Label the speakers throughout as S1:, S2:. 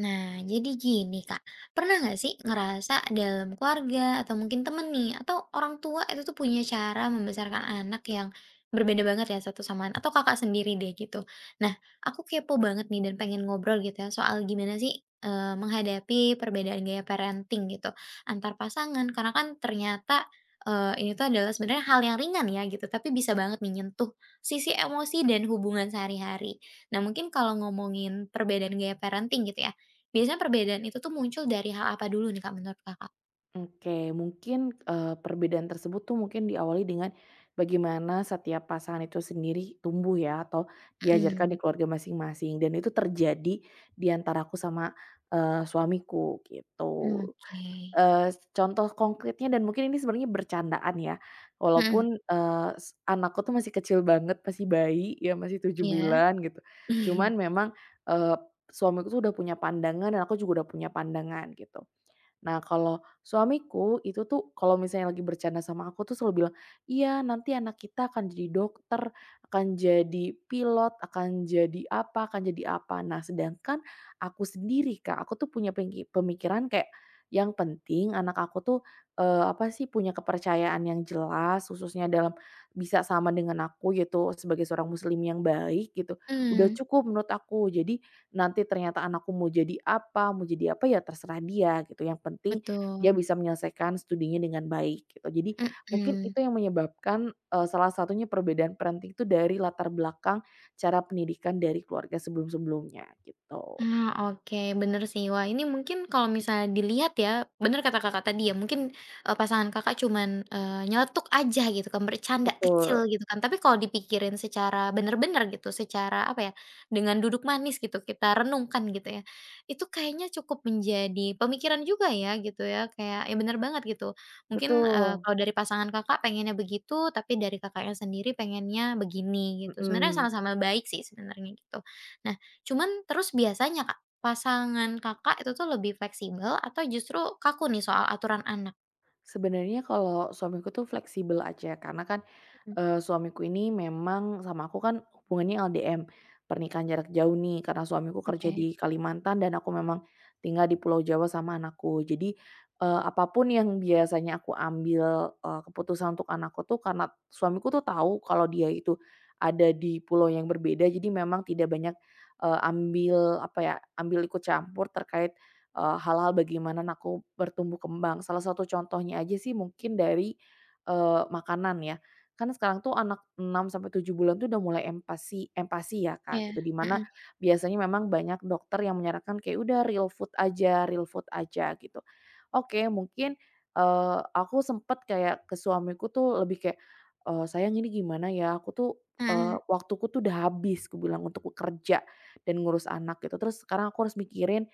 S1: Nah, jadi gini Kak, pernah nggak sih ngerasa dalam keluarga atau mungkin temen nih, atau orang tua itu tuh punya cara membesarkan anak yang berbeda banget ya satu sama lain, atau Kakak sendiri deh gitu. Nah, aku kepo banget nih dan pengen ngobrol gitu ya soal gimana sih menghadapi perbedaan gaya parenting gitu antar pasangan, karena kan ternyata ini tuh adalah sebenarnya hal yang ringan ya gitu, tapi bisa banget nih nyentuh sisi emosi dan hubungan sehari-hari. Nah, mungkin kalau ngomongin perbedaan gaya parenting gitu ya. Biasanya perbedaan itu tuh muncul dari hal apa dulu nih Kak, menurut Kakak?
S2: Oke, mungkin, perbedaan tersebut tuh mungkin diawali dengan bagaimana setiap pasangan itu sendiri tumbuh ya, atau diajarkan
S1: Mhm,
S2: di keluarga masing-masing, dan itu terjadi di antaraku sama, suamiku
S1: oke,
S2: gitu.
S1: mhm, iya.
S2: Contoh konkretnya dan mungkin ini sebenarnya bercandaan ya, walaupun, eee, s anakku tuh masih kecil banget, masih bayi, ya masih tujuh
S1: Iya.
S2: bulan gitu. Cuman memang, eee, suamiku tuh udah punya pandangan dan aku juga udah punya pandangan gitu. Nah, kalau suamiku itu tuh kalau misalnya lagi bercanda sama aku tuh selalu bilang, "Iya, nanti anak kita akan jadi dokter, akan jadi pilot, akan jadi apa, akan jadi apa." Nah, sedangkan aku sendiri, Kak, aku tuh punya pemikiran kayak yang penting anak aku tuh eh, apa sih, punya kepercayaan yang jelas, khususnya dalam bisa sama dengan aku gitu sebagai seorang muslim yang baik gitu. Udah
S1: Mmm,
S2: cukup menurut aku. Jadi, nanti ternyata anakku mau jadi apa, ya terserah dia gitu, yang penting dia
S1: betul,
S2: bisa menyelesaikan studinya dengan baik gitu. Jadi mungkin
S1: mhm.
S2: itu yang menyebabkan, salah satunya perbedaan parenting itu dari latar belakang cara pendidikan dari keluarga sebelum-sebelumnya gitu.
S1: Ah, oke, bener sih. Wah, ini mungkin kalau misalnya dilihat ya, bener kata Kakak tadi ya, mungkin, pasangan Kakak cuman, nyeletuk aja gitu kan, bercanda kecil
S2: Betul
S1: gitu kan. Tapi kalau dipikirin secara bener-bener gitu, secara apa ya, dengan duduk manis gitu, kita renungkan gitu ya, itu kayaknya cukup menjadi pemikiran juga ya gitu ya, kayak ya bener banget gitu. Mungkin,
S2: betul,
S1: kalau dari pasangan Kakak pengennya begitu, tapi dari Kakaknya sendiri pengennya begini gitu. Sebenarnya
S2: mhm.
S1: sama-sama baik sih sebenarnya gitu. Nah, cuman terus biasanya Kak, pasangan Kakak itu tuh lebih fleksibel atau justru kaku nih soal aturan anak?
S2: Sebenarnya kalau suamiku tuh fleksibel aja karena kan,
S1: Mhm.
S2: suamiku ini memang sama aku kan hubungannya LDM, pernikahan jarak jauh nih karena suamiku kerja
S1: Oke,
S2: di Kalimantan dan aku memang tinggal di Pulau Jawa sama anakku. Jadi, apa yang biasanya aku ambil, keputusan untuk anakku tuh karena suamiku tuh tahu kalau dia itu ada di pulau yang berbeda jadi memang tidak banyak, ambil apa ya, ambil ikut campur terkait hal-hal bagaimana aku bertumbuh kembang. Salah satu contohnya aja sih mungkin dari, makanan ya. Kan sekarang tuh anak 6 sampai 7 bulan tuh udah mulai empati empati ya Kak,
S1: iya.
S2: gitu, dimana
S1: Mhm,
S2: biasanya memang banyak dokter yang menyarankan kayak, "Udah real food aja, real food aja," gitu. Oke mungkin, aku sempet kayak ke suamiku tuh lebih kayak, "Sayang ini gimana ya? Aku tuh,
S1: mhm,
S2: waktuku tuh udah habis," aku bilang, "untuk bekerja dan ngurus anak," gitu. "Terus sekarang aku harus mikirin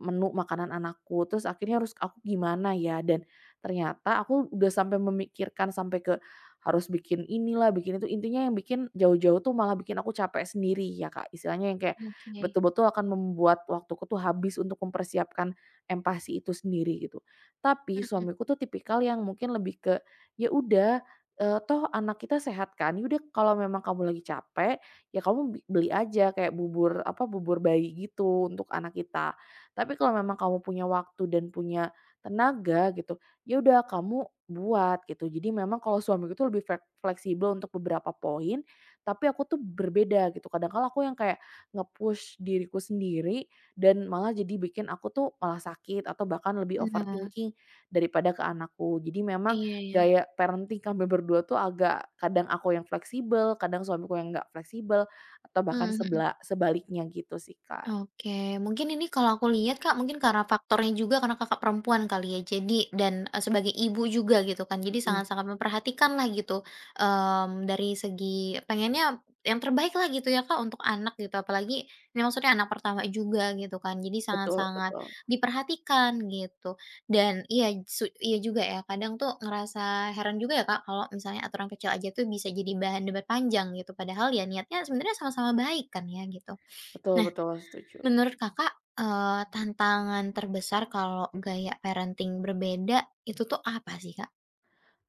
S2: menu makanan anakku, terus akhirnya harus aku gimana ya," dan ternyata aku udah sampai memikirkan sampai ke harus bikin inilah, bikin itu, intinya yang bikin jauh-jauh tuh malah bikin aku capek sendiri ya, Kak. Istilahnya yang kayak
S1: oke.
S2: betul-betul akan membuat waktuku tuh habis untuk mempersiapkan empati itu sendiri gitu. Tapi
S1: Mhm.
S2: suamiku tuh tipikal yang mungkin lebih ke, "Ya udah, toh anak kita sehat kan, ya udah kalau memang kamu lagi capek, ya kamu beli aja kayak bubur, apa, bubur bayi gitu untuk anak kita. Tapi kalau memang kamu punya waktu dan punya tenaga gitu, ya udah kamu buat gitu." Jadi memang kalau suamiku tuh lebih fleksibel untuk beberapa poin, tapi aku tuh berbeda gitu. Kadang kala aku yang kayak nge-push diriku sendiri dan malah jadi bikin aku tuh malah sakit atau bahkan lebih
S1: Nah,
S2: overthinking daripada ke anakku. Jadi memang
S1: iya, iya.
S2: gaya parenting kami berdua tuh agak kadang aku yang fleksibel, kadang suamiku yang nggak fleksibel atau bahkan
S1: Mhm, mhm.
S2: sebaliknya gitu sih, Kak.
S1: Oke, mungkin ini kalau aku lihat, Kak, mungkin karena faktornya juga karena Kakak perempuan kali ya. Jadi dan, sebagai ibu juga gitu kan. Jadi
S2: Mhm,
S1: sangat-sangat memperhatikan lah gitu, dari segi pengennya yang terbaik lah gitu ya, Kak, untuk anak gitu. Apalagi ini maksudnya anak pertama juga gitu kan. Jadi
S2: betul
S1: sangat-sangat
S2: betul.
S1: diperhatikan gitu. Dan iya, iya juga ya, kadang tuh ngerasa heran juga ya, Kak, kalau misalnya aturan kecil aja tuh bisa jadi bahan debat panjang gitu. Padahal ya niatnya sebenarnya sama-sama baik kan ya gitu.
S2: Betul
S1: Nah,
S2: betul, setuju.
S1: menurut Kakak, tantangan terbesar kalau gaya parenting berbeda, itu tuh apa sih, Kak?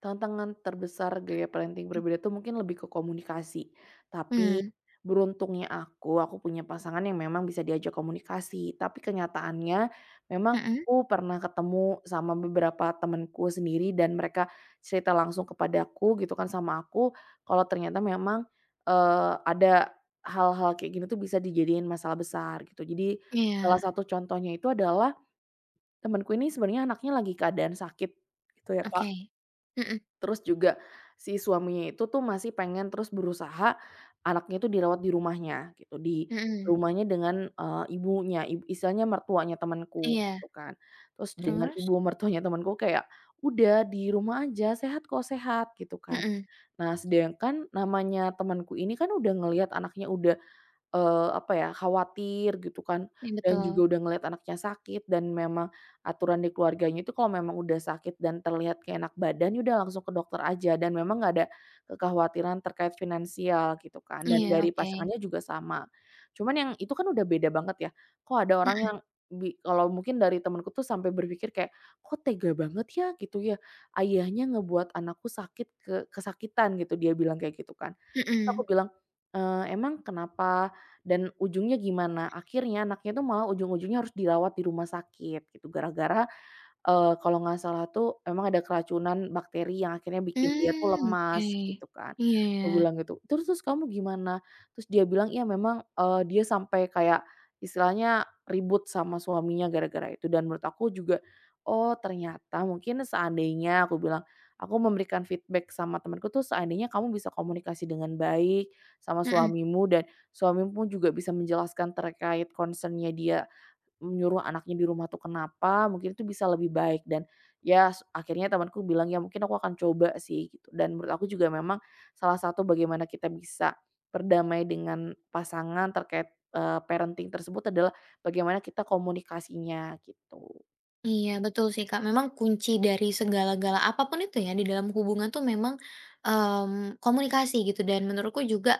S2: Tantangan terbesar gaya parenting berbeda tuh mungkin lebih ke komunikasi. Tapi
S1: Mhm,
S2: beruntungnya aku punya pasangan yang memang bisa diajak komunikasi. Tapi kenyataannya memang
S1: mhm,
S2: aku pernah ketemu sama beberapa temanku sendiri dan mereka cerita langsung kepadaku gitu kan sama aku, kalau ternyata memang, ada hal-hal kayak gini tuh bisa dijadiin masalah besar gitu. Jadi salah
S1: iya,
S2: satu contohnya itu adalah temanku ini sebenarnya anaknya lagi keadaan sakit gitu ya, Kak.
S1: oke. Mhm,
S2: Terus juga si suaminya itu tuh masih pengen terus berusaha anaknya itu dirawat di rumahnya gitu, di
S1: mhm,
S2: rumahnya dengan, ibunya, istilahnya mertuanya temanku
S1: iya,
S2: gitu kan. Terus dengan
S1: terus?
S2: ibu mertuanya temanku kayak, "Udah di rumah aja, sehat kok, sehat," gitu kan.
S1: Mhm,
S2: Nah sedangkan namanya temanku ini kan udah ngelihat anaknya udah apa ya, khawatir gitu kan,
S1: iya
S2: dan
S1: betul,
S2: juga udah ngelihat anaknya sakit dan memang aturan di keluarganya itu kalau memang udah sakit dan terlihat nggak enak badan, ya udah langsung ke dokter aja dan memang nggak ada kekhawatiran terkait finansial gitu kan, dan
S1: iya,
S2: dari
S1: oke.
S2: pasangannya juga sama. Cuman yang itu kan udah beda banget ya, kok ada orang
S1: Mhm,
S2: yang kalau mungkin dari temenku tuh sampai berpikir kayak, "Kok tega banget ya," gitu ya, "ayahnya ngebuat anakku sakit ke kesakitan," gitu dia bilang kayak gitu kan. Terus aku
S1: mhm,
S2: bilang, "Emang kenapa dan ujungnya gimana?" Akhirnya anaknya tuh malah ujung-ujungnya harus dirawat di rumah sakit gitu gara-gara kalau nggak salah tuh emang ada keracunan bakteri yang akhirnya bikin dia tuh
S1: mmm, oke,
S2: lemas gitu kan.
S1: iya ya,
S2: Aku bilang gitu, "Terus kamu gimana?" Terus dia bilang, "Iya memang," dia sampai kayak istilahnya ribut sama suaminya gara-gara itu dan menurut aku juga, "Oh ternyata mungkin seandainya," aku bilang, "aku memberikan feedback sama temanku tuh seandainya kamu bisa komunikasi dengan baik sama
S1: mhm,
S2: suamimu dan suamimu juga bisa menjelaskan terkait concern-nya dia menyuruh anaknya di rumah tuh kenapa, mungkin itu bisa lebih baik," dan ya s akhirnya temanku bilang, "Ya mungkin aku akan coba sih," gitu. Dan menurut aku juga memang salah satu bagaimana kita bisa berdamai dengan pasangan terkait, parenting tersebut adalah bagaimana kita komunikasinya gitu.
S1: iya betul sih, Kak, memang kunci dari segala-gala apapun itu ya di dalam hubungan tuh memang, komunikasi gitu dan menurutku juga.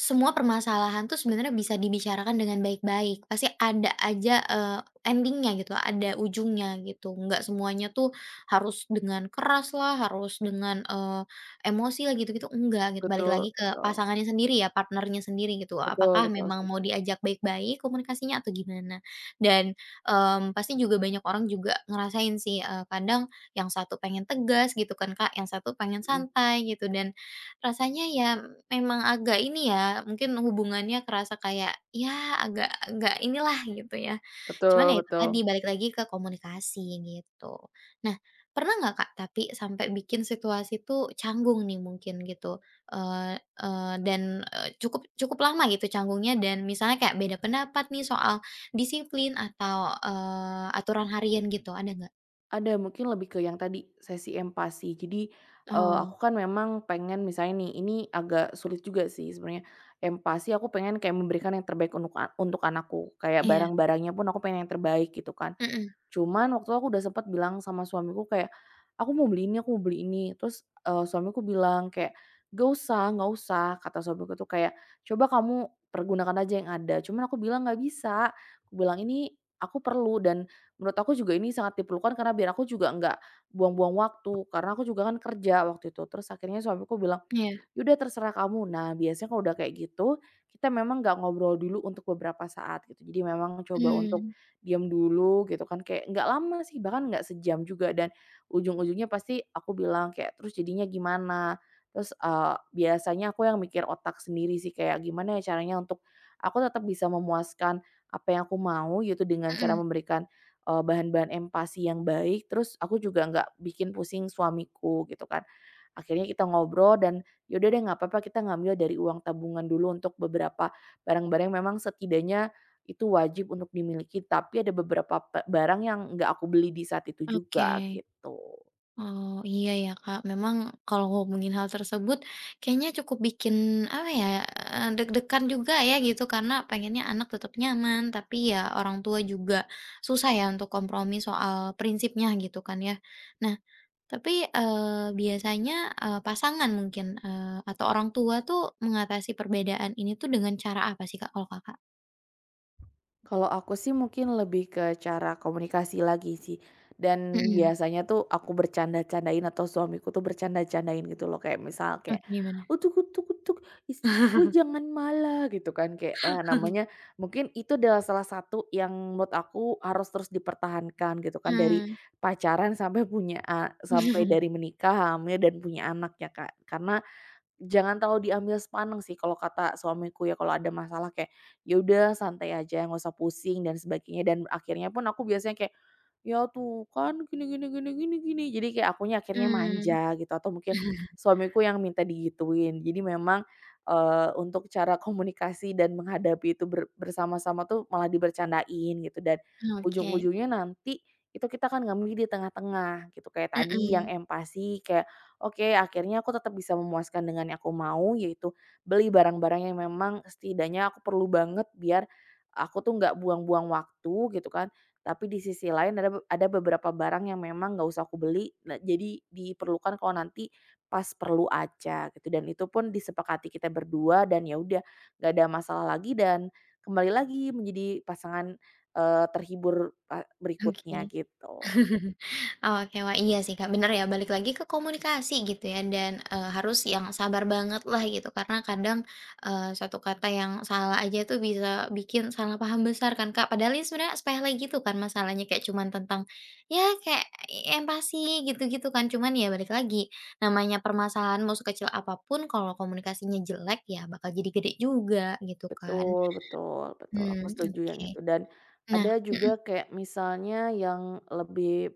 S1: Semua permasalahan tuh sebenarnya bisa dibicarakan dengan baik-baik. Pasti ada aja, ending gitu, ada ujungnya gitu. Nggak semuanya tuh harus dengan keras lah, harus dengan, emosi lah gitu-gitu, enggak gitu. Balik lagi
S2: Betul
S1: ke
S2: betul.
S1: pasangannya sendiri ya, partnernya sendiri gitu.
S2: Betul
S1: Apakah
S2: betul,
S1: memang mau
S2: setuju.
S1: diajak baik-baik komunikasinya atau gimana? Dan, pasti juga banyak orang juga ngerasain sih, kadang yang satu pengen tegas gitu kan Kak, yang satu pengen
S2: Mhm.
S1: santai gitu dan rasanya ya. Memang agak ini ya, mungkin hubungannya kerasa kayak, ya agak agak inilah gitu ya. Cuman
S2: Betul
S1: ya itu tadi,
S2: betul.
S1: balik lagi ke komunikasi gitu. Nah, pernah nggak Kak, tapi sampai bikin situasi tuh canggung nih mungkin gitu, eee eee, dan, cukup cukup lama gitu canggungnya dan misalnya kayak beda pendapat nih soal disiplin atau, aturan harian gitu, ada nggak?
S2: Ada, mungkin lebih ke yang tadi, sesi empati. Jadi,
S1: Oh,
S2: aku kan memang pengen misalnya nih, ini agak sulit juga sih sebenarnya, empati aku pengen kayak memberikan yang terbaik untuk untuk anakku, kayak
S1: iya.
S2: barang-barangnya pun aku pengen yang terbaik gitu kan.
S1: Mhm,
S2: Cuman waktu itu aku udah sempet bilang sama suamiku kayak, "Aku mau beli ini, aku mau beli ini." Terus, suamiku bilang kayak, "Gak usah, gak usah," kata suamiku tuh kayak, "Coba kamu pergunakan aja yang ada." Cuman aku bilang, "Gak bisa." Aku bilang, "Ini aku perlu dan menurut aku juga ini sangat diperlukan karena biar aku juga nggak buang-buang waktu." Karena aku juga kan kerja waktu itu. Terus akhirnya suamiku bilang,
S1: iya.
S2: "Ya udah terserah kamu." Nah, biasanya kalau udah kayak gitu, kita memang nggak ngobrol dulu untuk beberapa saat gitu. Jadi memang coba untuk
S1: Mmm,
S2: diam dulu gitu kan, kayak nggak lama sih, bahkan nggak sejam juga dan ujung-ujungnya pasti aku bilang kayak, "Terus jadinya gimana?" Terus, biasanya aku yang mikir otak sendiri sih kayak gimana ya caranya untuk aku tetap bisa memuaskan apa yang aku mau gitu dengan cara
S1: mhm,
S2: memberikan, bahan-bahan empati yang baik, terus aku juga nggak bikin pusing suamiku gitu kan. Akhirnya kita ngobrol dan, "Yaudah deh, nggak apa-apa kita ngambil dari uang tabungan dulu untuk beberapa barang-barang yang memang setidaknya itu wajib untuk dimiliki," tapi ada beberapa barang yang nggak aku beli di saat itu
S1: oke.
S2: juga, gitu.
S1: Oh, iya ya, Kak. Memang kalau ngomongin hal tersebut kayaknya cukup bikin apa ya, deg-degan juga ya gitu karena pengennya anak tetap nyaman, tapi ya orang tua juga susah ya untuk kompromi soal prinsipnya gitu kan ya. Nah, tapi, biasanya, pasangan mungkin, atau orang tua tuh mengatasi perbedaan ini tuh dengan cara apa sih, Kak, kalau Kakak?
S2: Kalau aku sih mungkin lebih ke cara komunikasi lagi sih, dan
S1: Mhm,
S2: biasanya tuh aku bercanda-candain atau suamiku tuh bercanda-candain gitu loh, kayak misal kayak,
S1: oke gimana?
S2: "Utuk utuk utuk, istriku jangan malah," gitu kan. Kayak, eh namanya mungkin itu adalah salah satu yang menurut aku harus terus dipertahankan gitu kan, dari
S1: Mmm.
S2: pacaran sampai punya sampai dari menikah, hamil, dan punya anak ya, Kak. Karena jangan terlalu diambil sepaneng sih kalau kata suamiku ya, kalau ada masalah kayak, "Ya udah santai aja nggak usah pusing," dan sebagainya, dan akhirnya pun aku biasanya kayak, "Ya tuh kan gini gini gini gini gini," jadi kayak akunya akhirnya
S1: Mmm.
S2: manja gitu atau mungkin suamiku yang minta digituin. Jadi memang, untuk cara komunikasi dan menghadapi itu bersama-sama tuh malah dibercandain gitu dan
S1: Oke.
S2: ujung-ujungnya nanti itu kita akan ngambil di tengah-tengah gitu, kayak tadi yang
S1: Mhm,
S2: empati kayak, oke, akhirnya aku tetap bisa memuaskan dengan yang aku mau, yaitu beli barang-barang yang memang setidaknya aku perlu banget biar aku tuh nggak buang-buang waktu gitu kan. Tapi di sisi lain ada ada beberapa barang yang memang nggak usah aku beli, nah, jadi diperlukan kalau nanti pas perlu aja gitu. Dan itu pun disepakati kita berdua dan ya udah nggak ada masalah lagi dan kembali lagi menjadi pasangan eh,
S1: oke.
S2: berikutnya gitu.
S1: Oke, wah iya sih Kak, bener ya balik lagi ke komunikasi gitu ya dan, harus yang sabar banget lah gitu karena kadang, satu kata yang salah aja tuh bisa bikin salah paham besar kan Kak, padahal ini sebenarnya sepele gitu kan masalahnya kayak cuman tentang, ya kayak empati gitu-gitu kan cuman ya balik lagi, namanya permasalahan mau sekecil apapun kalau komunikasinya jelek ya bakal jadi gede juga gitu kan.
S2: Betul betul betul, aku
S1: Mmm,
S2: setuju yang
S1: oke.
S2: itu dan
S1: Nah,
S2: ada
S1: mhm,
S2: juga kayak misalnya yang lebih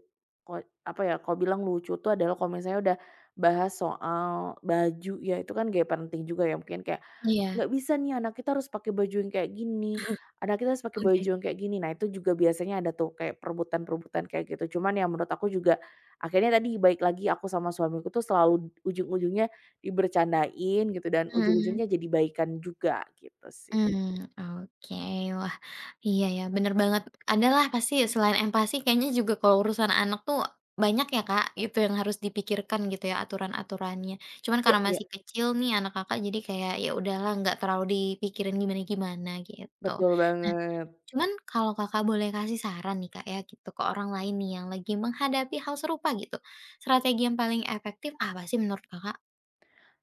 S2: apa ya, kalau bilang lucu tuh adalah kalau misalnya udah bahas soal baju ya, itu kan gaya penting juga ya, mungkin kayak,
S1: iya,
S2: "Nggak bisa nih anak kita harus pakai baju yang kayak gini, anak kita harus pakai baju
S1: oke,
S2: yang kayak gini." Nah, itu juga biasanya ada tuh kayak perebutan-perebutan kayak gitu, cuman yang menurut aku juga akhirnya tadi baik lagi aku sama suamiku tuh selalu ujung-ujungnya dibercandain gitu dan
S1: mhm.
S2: ujung-ujungnya jadi baikan juga gitu sih.
S1: Mmm, oke. Wah, iya ya, bener banget. Ada lah pasti selain empati kayaknya juga kalau urusan anak tuh banyak ya, Kak, gitu yang harus dipikirkan gitu ya aturan-aturannya. Cuman
S2: Iya
S1: karena
S2: iya,
S1: masih kecil nih anak Kakak jadi kayak ya udahlah nggak terlalu dipikirin gimana-gimana gitu.
S2: betul
S1: Nah,
S2: banget.
S1: cuman kalau Kakak boleh kasih saran nih, Kak, ya gitu ke orang lain nih yang lagi menghadapi hal serupa gitu, strategi yang paling efektif apa sih menurut Kakak?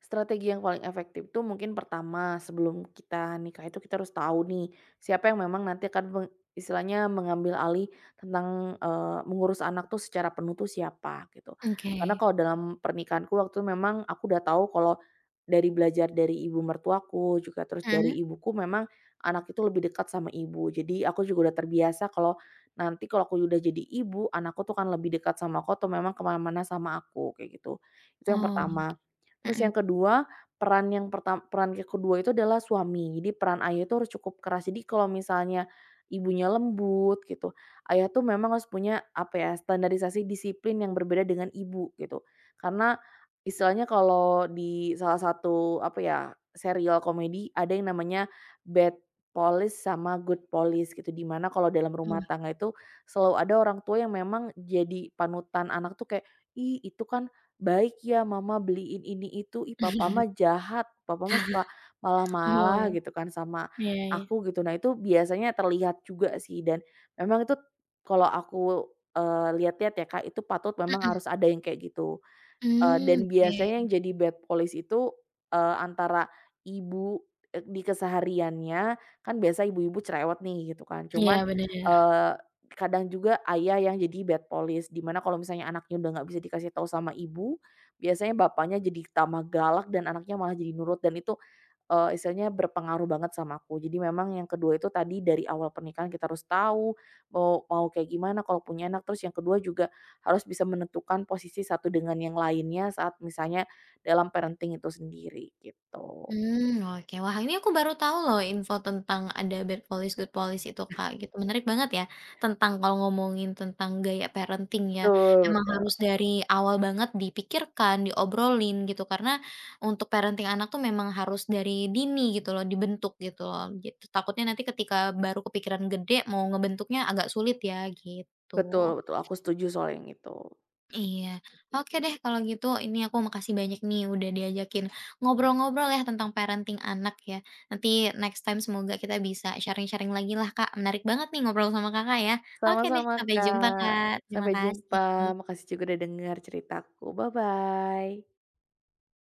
S2: Strategi yang paling efektif tuh mungkin pertama sebelum kita nikah itu kita harus tahu nih siapa yang memang nanti akan istilahnya mengambil alih tentang, eh, mengurus anak tuh secara penuh tuh siapa gitu.
S1: Oke.
S2: Karena kalau dalam pernikahanku waktu itu memang aku udah tahu kalau dari belajar dari ibu mertuaku juga terus dari
S1: Mhm.
S2: ibuku memang anak itu lebih dekat sama ibu. Jadi aku juga udah terbiasa kalau nanti kalau aku udah jadi ibu anakku tuh kan lebih dekat sama aku atau memang kemana-mana sama aku kayak gitu. Itu yang
S1: Oh,
S2: pertama. Terus
S1: mhm.
S2: yang kedua, peran yang kedua itu adalah suami. Jadi peran ayah itu harus cukup keras. Jadi kalau misalnya ibunya lembut gitu, ayah tuh memang harus punya apa ya, standarisasi disiplin yang berbeda dengan ibu gitu. Karena istilahnya kalau di salah satu apa ya, serial komedi ada yang namanya bad police sama good police gitu, dimana kalau dalam rumah
S1: Wah.
S2: tangga itu selalu ada orang tua yang memang jadi panutan anak tuh kayak, "Ih itu kan baik ya mama beliin ini itu, ih papa mah jahat, papa mah suka malah-malah
S1: Oh,
S2: gitu kan sama
S1: iya, iya.
S2: aku gitu." Nah itu biasanya terlihat juga sih dan memang itu kalau aku, lihat-lihat ya Kak, itu patut memang
S1: Mhm,
S2: harus ada yang kayak gitu.
S1: mmm,
S2: Dan
S1: oke.
S2: biasanya yang jadi bad police itu, antara ibu, di kesehariannya, kan biasa ibu-ibu cerewet nih gitu kan,
S1: Iya,
S2: cuman,
S1: bener.
S2: eee, kadang juga ayah yang jadi bad police, dimana kalau misalnya anaknya udah nggak bisa dikasih tahu sama ibu, biasanya bapaknya jadi tambah galak dan anaknya malah jadi nurut dan itu istilahnya berpengaruh banget sama aku. Jadi memang yang kedua itu tadi dari awal pernikahan kita harus tahu, mau mau kayak gimana kalau punya anak, terus yang kedua juga harus bisa menentukan posisi satu dengan yang lainnya saat misalnya dalam parenting itu sendiri, gitu.
S1: Mmm, oke. Wah, ini aku baru tahu loh info tentang ada bad police, good police itu, Kak, gitu. Menarik banget ya, tentang kalau ngomongin tentang gaya parenting ya,
S2: Betul
S1: emang
S2: betul.
S1: harus dari awal banget dipikirkan, diobrolin gitu, karena untuk parenting anak tuh memang harus dari dini gitu loh, dibentuk gitu loh. Gitu, takutnya nanti ketika baru kepikiran gede mau ngebentuknya agak sulit ya, gitu.
S2: Betul betul, aku setuju soal yang itu.
S1: Iya. Oke deh kalau gitu ini aku makasih banyak nih udah diajakin ngobrol-ngobrol ya tentang parenting anak ya. Nanti next time semoga kita bisa sharing-sharing lagi lah Kak. Menarik banget nih ngobrol sama Kakak ya. Oke deh
S2: Sama-sama
S1: sampai jumpa
S2: Kak,
S1: Kak. Terima
S2: sampai jumpa,
S1: kasih.
S2: makasih juga udah dengar ceritaku, bye-bye.